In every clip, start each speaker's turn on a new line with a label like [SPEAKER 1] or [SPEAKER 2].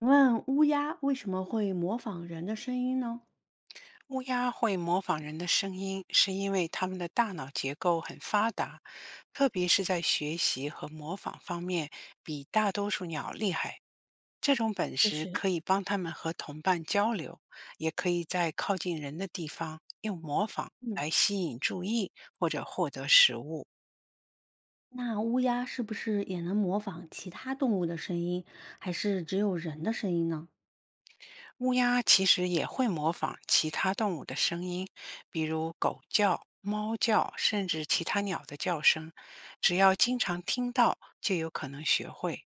[SPEAKER 1] 请问乌鸦为什么会模仿人的声音呢？
[SPEAKER 2] 乌鸦会模仿人的声音，是因为它们的大脑结构很发达，特别是在学习和模仿方面比大多数鸟厉害。这种本
[SPEAKER 1] 就
[SPEAKER 2] 事
[SPEAKER 1] 是，
[SPEAKER 2] 可以帮它们和同伴交流，也可以在靠近人的地方用模仿
[SPEAKER 1] 嗯，
[SPEAKER 2] 来吸引注意或者获得食物。
[SPEAKER 1] 那乌鸦是不是也能模仿其他动物的声音，还是只有人的声音呢？
[SPEAKER 2] 乌鸦其实也会模仿其他动物的声音，比如狗叫、猫叫，甚至其他鸟的叫声。只要经常听到，就有可能学会。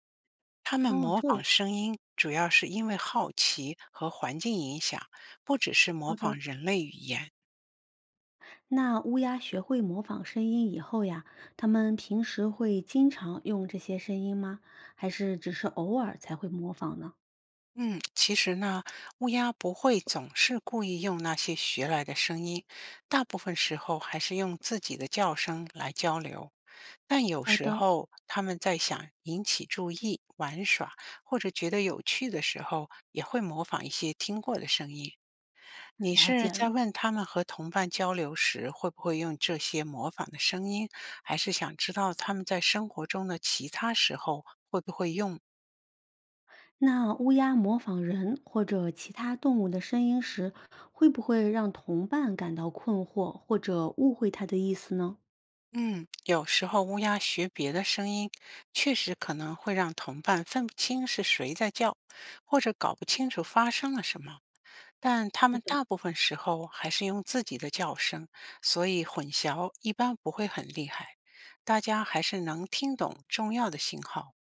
[SPEAKER 2] 它们
[SPEAKER 1] 哦，
[SPEAKER 2] 模
[SPEAKER 1] 这样，
[SPEAKER 2] 仿声音主要是因为好奇和环境影响，不只是模
[SPEAKER 1] 好的，
[SPEAKER 2] 仿人类语言。
[SPEAKER 1] 那乌鸦学会模仿声音以后呀，它们平时会经常用这些声音吗？还是只是偶尔才会模仿呢？
[SPEAKER 2] 嗯，其实呢，乌鸦不会总是故意用那些学来的声音，大部分时候还是用自己的叫声来交流。但有
[SPEAKER 1] 好
[SPEAKER 2] 时
[SPEAKER 1] 的。
[SPEAKER 2] 候他们在想引起注意、玩耍或者觉得有趣的时候，也会模仿一些听过的声音。你
[SPEAKER 1] 了
[SPEAKER 2] 是
[SPEAKER 1] 解
[SPEAKER 2] 在
[SPEAKER 1] 了。
[SPEAKER 2] 问他们和同伴交流时会不会用这些模仿的声音，还是想知道他们在生活中的其他时候会不会用？
[SPEAKER 1] 那乌鸦模仿人或者其他动物的声音时，会不会让同伴感到困惑或者误会它的意思呢？
[SPEAKER 2] 嗯，有时候乌鸦学别的声音，确实可能会让同伴分不清是谁在叫，或者搞不清楚发生了什么。但它们大部分时候还是用自己的叫声，所以混淆一般不会很厉害，大家还是能听懂重要的信号。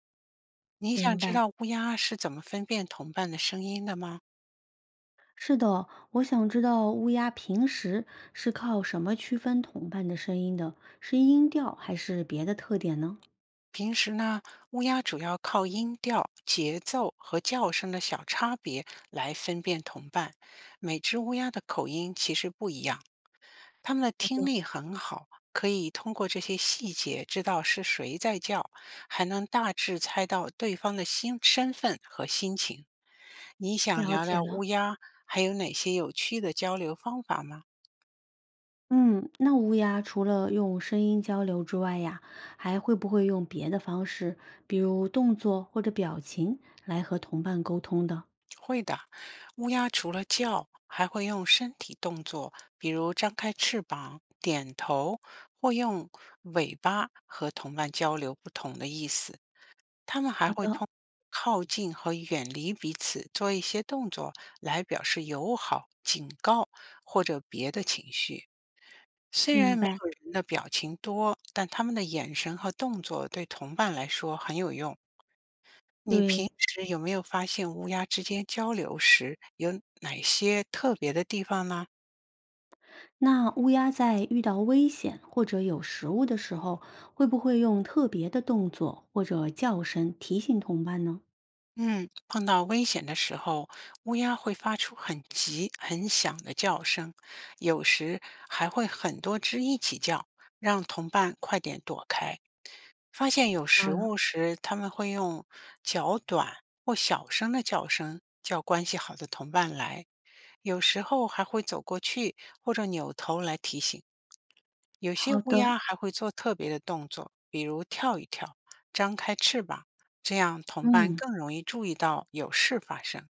[SPEAKER 2] 你想
[SPEAKER 1] 明
[SPEAKER 2] 知
[SPEAKER 1] 白。
[SPEAKER 2] 道乌鸦是怎么分辨同伴的声音的吗？
[SPEAKER 1] 是的，我想知道乌鸦平时是靠什么区分同伴的声音的？是音调还是别的特点呢？
[SPEAKER 2] 平时呢，乌鸦主要靠音调、节奏和叫声的小差别来分辨同伴。每只乌鸦的口音其实不一样，他们的听力很好，可以通过这些细节知道是谁在叫，还能大致猜到对方的心身份和心情。你想
[SPEAKER 1] 了
[SPEAKER 2] 聊
[SPEAKER 1] 解
[SPEAKER 2] 聊乌
[SPEAKER 1] 了。
[SPEAKER 2] 鸦还有哪些有趣的交流方法吗？
[SPEAKER 1] 嗯，那乌鸦除了用声音交流之外呀，还会不会用别的方式，比如动作或者表情来和同伴沟通的？
[SPEAKER 2] 会的，乌鸦除了叫，还会用身体动作，比如张开翅膀、点头，或用尾巴和同伴交流不同的意思。他们还会通靠近和远离彼此做一些动作来表示友好、警告或者别的情绪。虽
[SPEAKER 1] 明
[SPEAKER 2] 然没
[SPEAKER 1] 白。
[SPEAKER 2] 有人的表情多，但他们的眼神和动作对同伴来说很有用。你平
[SPEAKER 1] 对，
[SPEAKER 2] 时有没有发现乌鸦之间交流时有哪些特别的地方呢？
[SPEAKER 1] 那乌鸦在遇到危险或者有食物的时候，会不会用特别的动作或者叫声提醒同伴呢？
[SPEAKER 2] 嗯，碰到危险的时候，乌鸦会发出很急、很响的叫声，有时还会很多只一起叫，让同伴快点躲开。发现有
[SPEAKER 1] 到
[SPEAKER 2] 食
[SPEAKER 1] 了，
[SPEAKER 2] 物时，它们会用较短或小声的叫声叫关系好的同伴来，有时候还会走过去或者扭头来提醒。有些
[SPEAKER 1] 好
[SPEAKER 2] 乌
[SPEAKER 1] 的，
[SPEAKER 2] 鸦还会做特别的动作，比如跳一跳、张开翅膀，这样同伴
[SPEAKER 1] 嗯，
[SPEAKER 2] 更容易注意到有事发生。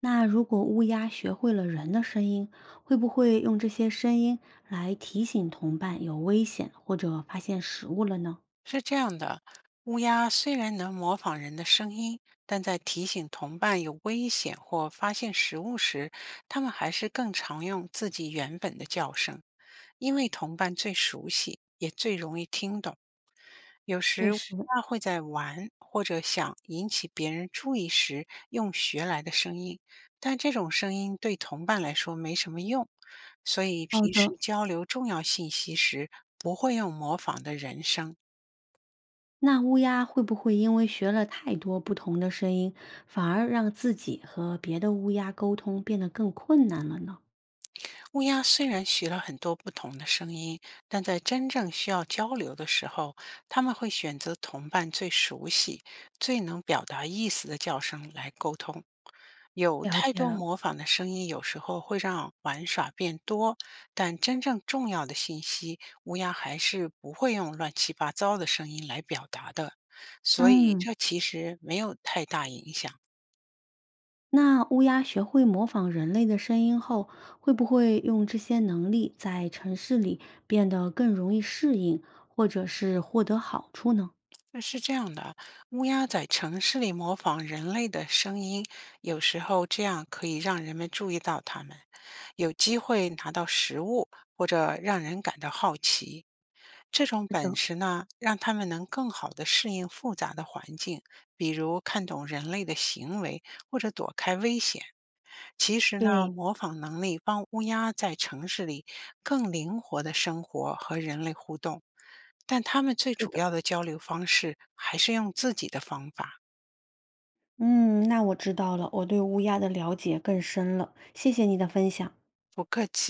[SPEAKER 1] 那如果乌鸦学会了人的声音，会不会用这些声音来提醒同伴有危险或者发现食物了呢？
[SPEAKER 2] 是这样的，乌鸦虽然能模仿人的声音，但在提醒同伴有危险或发现食物时，它们还是更常用自己原本的叫声，因为同伴最熟悉，也最容易听懂。有
[SPEAKER 1] 确
[SPEAKER 2] 时
[SPEAKER 1] 实，
[SPEAKER 2] 他会在玩或者想引起别人注意时用学来的声音，但这种声音对同伴来说没什么用，所以
[SPEAKER 1] 好
[SPEAKER 2] 平
[SPEAKER 1] 的，
[SPEAKER 2] 时交流重要信息时不会用模仿的人声。
[SPEAKER 1] 那乌鸦会不会因为学了太多不同的声音，反而让自己和别的乌鸦沟通变得更困难了呢？
[SPEAKER 2] 乌鸦虽然学了很多不同的声音，但在真正需要交流的时候，它们会选择同伴最熟悉、最能表达意思的叫声来沟通。有
[SPEAKER 1] 了
[SPEAKER 2] 太
[SPEAKER 1] 解
[SPEAKER 2] 多
[SPEAKER 1] 了。
[SPEAKER 2] 模仿的声音，有时候会让玩耍变多，但真正重要的信息，乌鸦还是不会用乱七八糟的声音来表达的。所以，
[SPEAKER 1] 嗯，
[SPEAKER 2] 这其实没有太大影响。
[SPEAKER 1] 那乌鸦学会模仿人类的声音后，会不会用这些能力在城市里变得更容易适应，或者是获得好处呢？
[SPEAKER 2] 那是这样的，乌鸦在城市里模仿人类的声音，有时候这样可以让人们注意到它们，有机会拿到食物，或者让人感到好奇。这种
[SPEAKER 1] 是
[SPEAKER 2] 本
[SPEAKER 1] 的，
[SPEAKER 2] 事呢，让他们能更好地适应复杂的环境，比如看懂人类的行为，或者躲开危险。其实呢，
[SPEAKER 1] 对，
[SPEAKER 2] 模仿能力帮乌鸦在城市里更灵活的生活和人类互动，但它们最
[SPEAKER 1] 是
[SPEAKER 2] 主
[SPEAKER 1] 的。
[SPEAKER 2] 要的交流方式还是用自己的方法，
[SPEAKER 1] 嗯，那我知道了，我对乌鸦的了解更深了，谢谢你的分享。
[SPEAKER 2] 不客气。